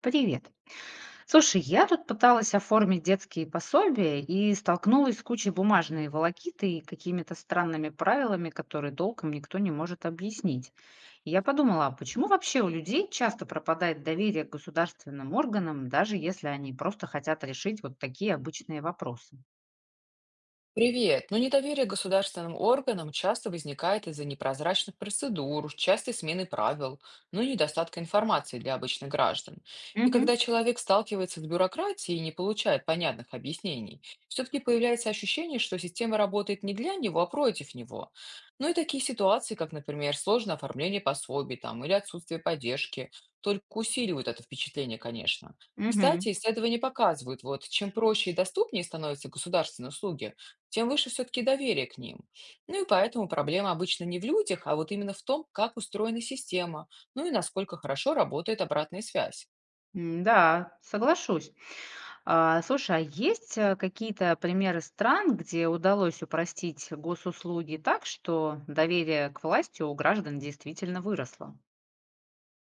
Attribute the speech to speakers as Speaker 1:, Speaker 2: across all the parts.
Speaker 1: Привет. Слушай, я тут пыталась оформить детские пособия и столкнулась с кучей бумажной волокиты и какими-то странными правилами, которые толком никто не может объяснить. И я подумала, а почему вообще у людей часто пропадает доверие к государственным органам, даже если они просто хотят решить вот такие обычные вопросы?
Speaker 2: Привет. Но недоверие к государственным органам часто возникает из-за непрозрачных процедур, частой смены правил, ну и недостатка информации для обычных граждан. И
Speaker 1: Угу,
Speaker 2: когда человек сталкивается с бюрократией и не получает понятных объяснений, все-таки появляется ощущение, что система работает не для него, а против него. Ну и такие ситуации, как, например, сложное оформление пособий там, или отсутствие поддержки, только усиливают это впечатление, конечно.
Speaker 1: угу.
Speaker 2: Кстати, исследования показывают, вот чем проще и доступнее становятся государственные услуги, тем выше все-таки доверие к ним. Ну и поэтому проблема обычно не в людях, а вот именно в том, как устроена система, ну и насколько хорошо работает обратная связь.
Speaker 1: Да, соглашусь. А, слушай, а есть, какие-то примеры стран, где удалось упростить госуслуги так, что доверие к власти у граждан действительно выросло?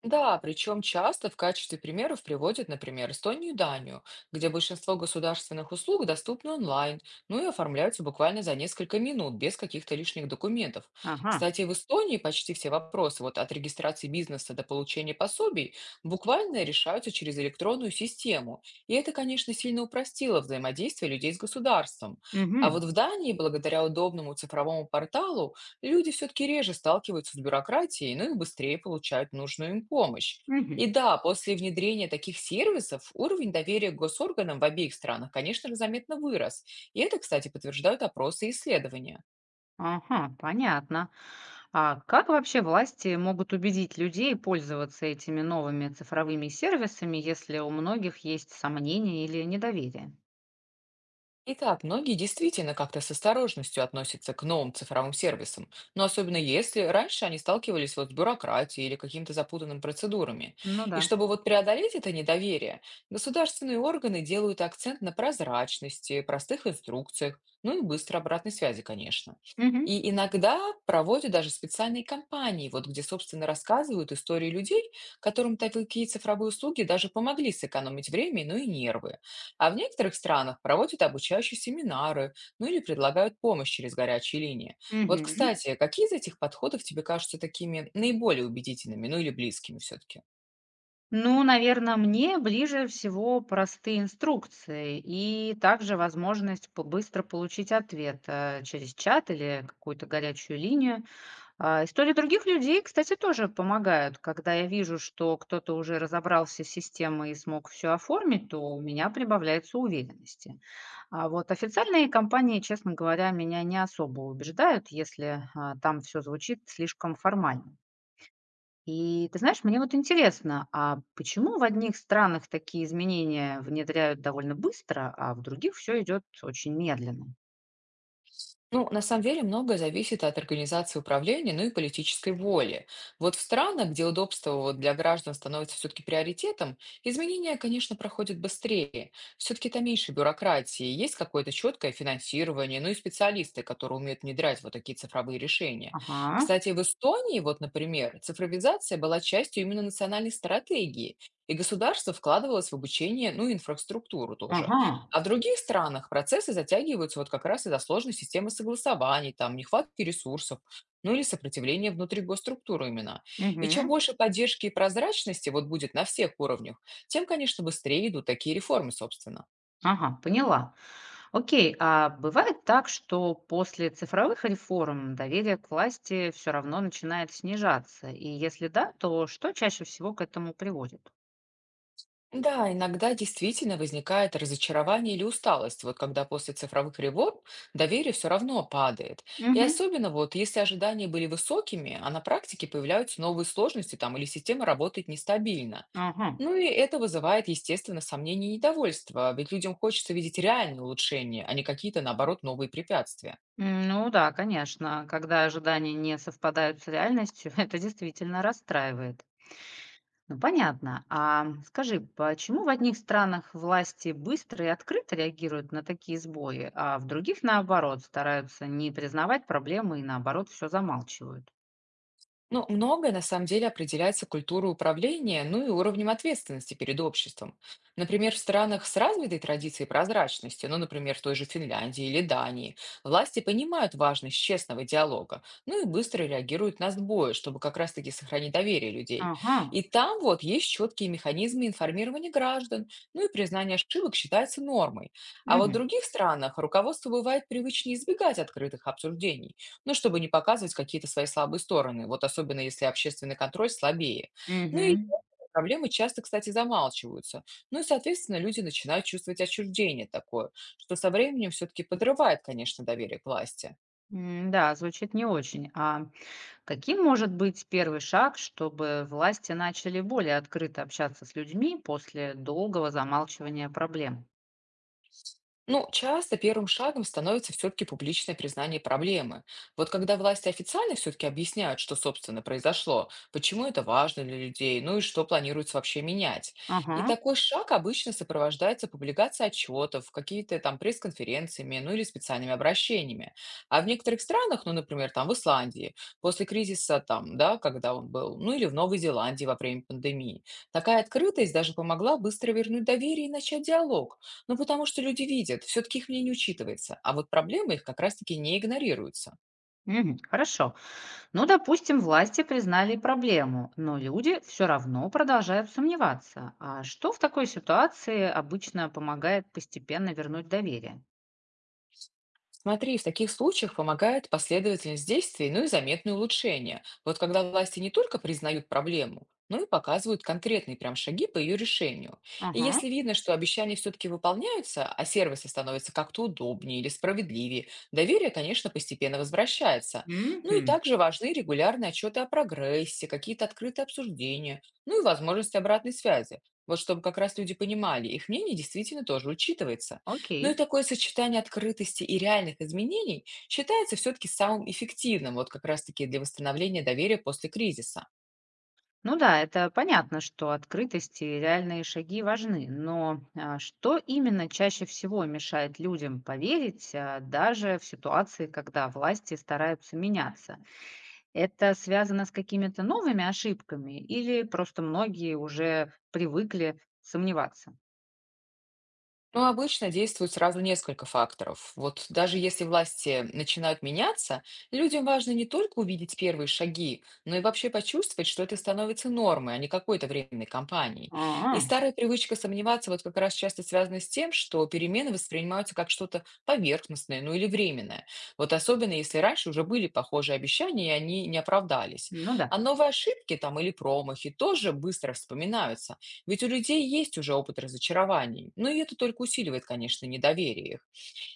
Speaker 2: Да, причем часто в качестве примеров приводят, например, Эстонию и Данию, где большинство государственных услуг доступны онлайн, ну и оформляются буквально за несколько минут, без каких-то лишних документов.
Speaker 1: Ага.
Speaker 2: Кстати, в Эстонии почти все вопросы вот от регистрации бизнеса до получения пособий буквально решаются через электронную систему. И это, конечно, сильно упростило взаимодействие людей с государством. А
Speaker 1: Угу,
Speaker 2: вот в Дании, благодаря удобному цифровому порталу, люди все-таки реже сталкиваются с бюрократией, ну и быстрее получают нужную им помощь. И
Speaker 1: угу.
Speaker 2: да, после внедрения таких сервисов уровень доверия к госорганам в обеих странах, конечно же, заметно вырос. И это, кстати, подтверждают опросы и исследования.
Speaker 1: Ага, понятно. А как вообще власти могут убедить людей пользоваться этими новыми цифровыми сервисами, если у многих есть сомнения или недоверие?
Speaker 2: Итак, многие действительно как-то с осторожностью относятся к новым цифровым сервисам, но особенно если раньше они сталкивались вот с бюрократией или какими-то запутанными процедурами.
Speaker 1: Ну
Speaker 2: И
Speaker 1: да.
Speaker 2: чтобы вот преодолеть это недоверие, государственные органы делают акцент на прозрачности, простых инструкциях, ну и быстрой обратной связи, конечно.
Speaker 1: Угу.
Speaker 2: И иногда проводят даже специальные кампании, вот где, собственно, рассказывают истории людей, которым такие цифровые услуги даже помогли сэкономить время, ну и нервы. А в некоторых странах проводят обучающие семинары, ну или предлагают помощь через горячие линии. Вот,
Speaker 1: Мгм.
Speaker 2: кстати, какие из этих подходов тебе кажутся такими наиболее убедительными, ну или близкими все-таки?
Speaker 1: Ну, наверное, мне ближе всего простые инструкции и также возможность по быстро получить ответ, через чат или какую-то горячую линию. А, истории других людей, кстати, тоже помогают. Когда я вижу, что кто-то уже разобрался с системой и смог все оформить, то у меня прибавляется уверенности. А вот официальные компании, честно говоря, меня не особо убеждают, если, там все звучит слишком формально. И ты знаешь, мне вот интересно, а почему в одних странах такие изменения внедряют довольно быстро, а в других все идет очень медленно?
Speaker 2: Ну, на самом деле многое зависит от организации управления, ну и политической воли. Вот в странах, где удобство вот для граждан становится все-таки приоритетом, изменения, конечно, проходят быстрее. Все-таки там меньше бюрократии, есть какое-то четкое финансирование, ну и специалисты, которые умеют внедрять вот такие цифровые решения.
Speaker 1: Ага,
Speaker 2: Кстати, в Эстонии, вот, например, цифровизация была частью именно национальной стратегии, и государство вкладывалось в обучение, ну и инфраструктуру тоже.
Speaker 1: ага,
Speaker 2: А в других странах процессы затягиваются вот как раз из-за сложной системы согласований, там, нехватки ресурсов, ну или сопротивления внутри госструктуры именно. И чем
Speaker 1: мгм,
Speaker 2: больше поддержки и прозрачности вот будет на всех уровнях, тем, конечно, быстрее идут такие реформы, собственно.
Speaker 1: ага, поняла. Окей, а бывает так, что после цифровых реформ доверие к власти все равно начинает снижаться? И если да, то что чаще всего к этому приводит?
Speaker 2: Да, иногда действительно возникает разочарование или усталость, вот когда после цифровых реформ доверие все равно падает. И
Speaker 1: Угу,
Speaker 2: особенно вот если ожидания были высокими, а на практике появляются новые сложности там или система работает нестабильно.
Speaker 1: ага.
Speaker 2: Ну и это вызывает, естественно, сомнения и недовольство, ведь людям хочется видеть реальные улучшения, а не какие-то, наоборот, новые препятствия.
Speaker 1: М, ну да, конечно, когда ожидания не совпадают с реальностью, это действительно расстраивает. Ну понятно. А скажи, почему в одних странах власти быстро и открыто реагируют на такие сбои, а в других, наоборот, стараются не признавать проблемы и, наоборот, все замалчивают?
Speaker 2: Ну, многое на самом деле определяется культурой управления, ну и уровнем ответственности перед обществом. Например, в странах с развитой традицией прозрачности, ну, например, в той же Финляндии или Дании, власти понимают важность честного диалога, ну и быстро реагируют на сбои, чтобы как раз-таки сохранить доверие людей.
Speaker 1: Ага.
Speaker 2: И там вот есть четкие механизмы информирования граждан, ну и признание ошибок считается нормой. А вот в
Speaker 1: Мгм.
Speaker 2: других странах руководство бывает привычнее избегать открытых обсуждений, ну, чтобы не показывать какие-то свои слабые стороны, вот особенно если общественный контроль слабее. Ну и
Speaker 1: Мгм.
Speaker 2: проблемы часто, кстати, замалчиваются. Ну и, соответственно, люди начинают чувствовать отчуждение такое, что со временем все-таки подрывает, конечно, доверие к власти.
Speaker 1: М, да, звучит не очень. А каким может быть первый шаг, чтобы власти начали более открыто общаться с людьми после долгого замалчивания проблем?
Speaker 2: Ну, часто первым шагом становится все-таки публичное признание проблемы. Вот когда власти официально все-таки объясняют, что, собственно, произошло, почему это важно для людей, ну и что планируется вообще менять. И
Speaker 1: Ага,
Speaker 2: такой шаг обычно сопровождается публикацией отчетов, какие-то там пресс-конференциями, ну или специальными обращениями. А в некоторых странах, ну, например, там в Исландии, после кризиса там, да, когда он был, ну или в Новой Зеландии во время пандемии, такая открытость даже помогла быстро вернуть доверие и начать диалог. Ну, потому что люди видят, все-таки их мнение учитывается, а вот проблемы их как раз-таки не игнорируются.
Speaker 1: мгм, хорошо. Ну, допустим, власти признали проблему, но люди все равно продолжают сомневаться. А что в такой ситуации обычно помогает постепенно вернуть доверие?
Speaker 2: Смотри, в таких случаях помогает последовательность действий, ну и заметные улучшения. Вот когда власти не только признают проблему, но и показывают конкретные прям шаги по ее решению. И
Speaker 1: Ага,
Speaker 2: если видно, что обещания все-таки выполняются, а сервисы становятся как-то удобнее или справедливее, доверие, конечно, постепенно возвращается. Ну и
Speaker 1: мгм,
Speaker 2: также важны регулярные отчеты о прогрессе, какие-то открытые обсуждения, ну и возможность обратной связи. Вот чтобы как раз люди понимали, их мнение действительно тоже учитывается. Ну и
Speaker 1: окей.
Speaker 2: такое сочетание открытости и реальных изменений считается все-таки самым эффективным вот как раз-таки для восстановления доверия после кризиса.
Speaker 1: Ну да, это понятно, что открытость и реальные шаги важны, но что именно чаще всего мешает людям поверить, даже в ситуации, когда власти стараются меняться? Это связано с какими-то новыми ошибками или просто многие уже привыкли сомневаться?
Speaker 2: Ну, обычно действует сразу несколько факторов. Вот даже если власти начинают меняться, людям важно не только увидеть первые шаги, но и вообще почувствовать, что это становится нормой, а не какой-то временной кампанией. И
Speaker 1: А,
Speaker 2: старая привычка сомневаться вот как раз часто связана с тем, что перемены воспринимаются как что-то поверхностное, ну или временное. Вот особенно если раньше уже были похожие обещания, и они не оправдались.
Speaker 1: ну
Speaker 2: А
Speaker 1: да.
Speaker 2: новые ошибки там или промахи тоже быстро вспоминаются. Ведь у людей есть уже опыт разочарований, но и это только усиливает, конечно, недоверие их.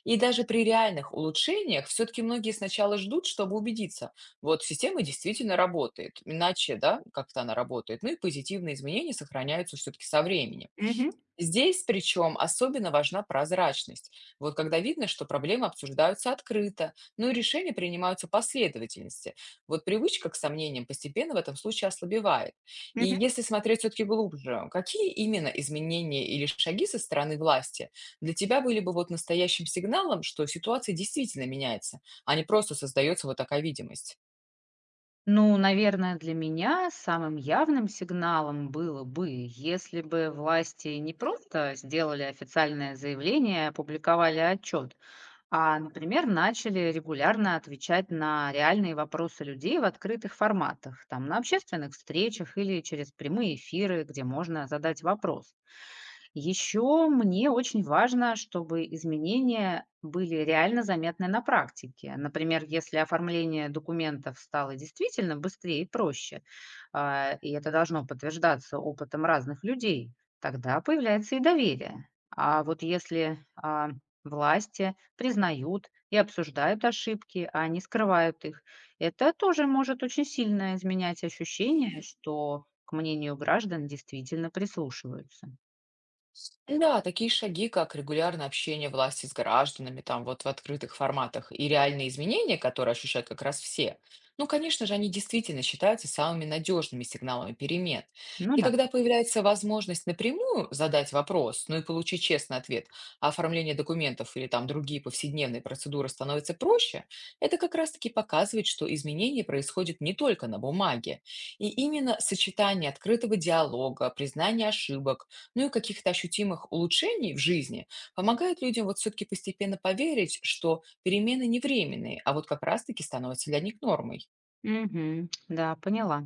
Speaker 2: И даже при реальных улучшениях все-таки многие сначала ждут, чтобы убедиться, вот система действительно работает, иначе, да, как-то она работает, ну и позитивные изменения сохраняются все-таки со временем.
Speaker 1: Мгм,
Speaker 2: Здесь причем особенно важна прозрачность. Вот когда видно, что проблемы обсуждаются открыто, ну и решения принимаются последовательности. Вот привычка к сомнениям постепенно в этом случае ослабевает. И
Speaker 1: мгм.
Speaker 2: если смотреть все-таки глубже, какие именно изменения или шаги со стороны власти для тебя были бы вот настоящим сигналом, что ситуация действительно меняется, а не просто создается вот такая видимость?
Speaker 1: Ну, наверное, для меня самым явным сигналом было бы, если бы власти не просто сделали официальное заявление, опубликовали отчет, например, начали регулярно отвечать на реальные вопросы людей в открытых форматах, там, на общественных встречах или через прямые эфиры, где можно задать вопрос. Еще мне очень важно, чтобы изменения были реально заметны на практике. Например, если оформление документов стало действительно быстрее и проще, и это должно подтверждаться опытом разных людей, тогда появляется и доверие. А вот если власти признают и обсуждают ошибки, а не скрывают их, это тоже может очень сильно изменять ощущение, что к мнению граждан действительно прислушиваются.
Speaker 2: Да, такие шаги, как регулярное общение власти с гражданами, там вот в открытых форматах, и реальные изменения, которые ощущают как раз все, ну, конечно же, они действительно считаются самыми надежными сигналами перемен.
Speaker 1: Ну
Speaker 2: И
Speaker 1: да.
Speaker 2: когда появляется возможность напрямую задать вопрос, ну и получить честный ответ, а оформление документов или там другие повседневные процедуры становятся проще, это как раз-таки показывает, что изменения происходят не только на бумаге. И именно сочетание открытого диалога, признания ошибок, ну и каких-то ощутимых улучшений в жизни, помогает людям вот все-таки постепенно поверить, что перемены не временные, а вот как раз-таки становятся для них нормой.
Speaker 1: Мгм. Да, поняла.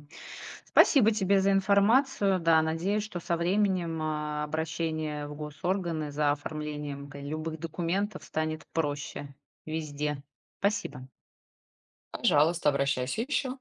Speaker 1: Спасибо тебе за информацию. Да, надеюсь, что со временем, обращение в госорганы за оформлением ка любых документов станет проще везде. Спасибо.
Speaker 2: Пожалуйста, обращайся еще.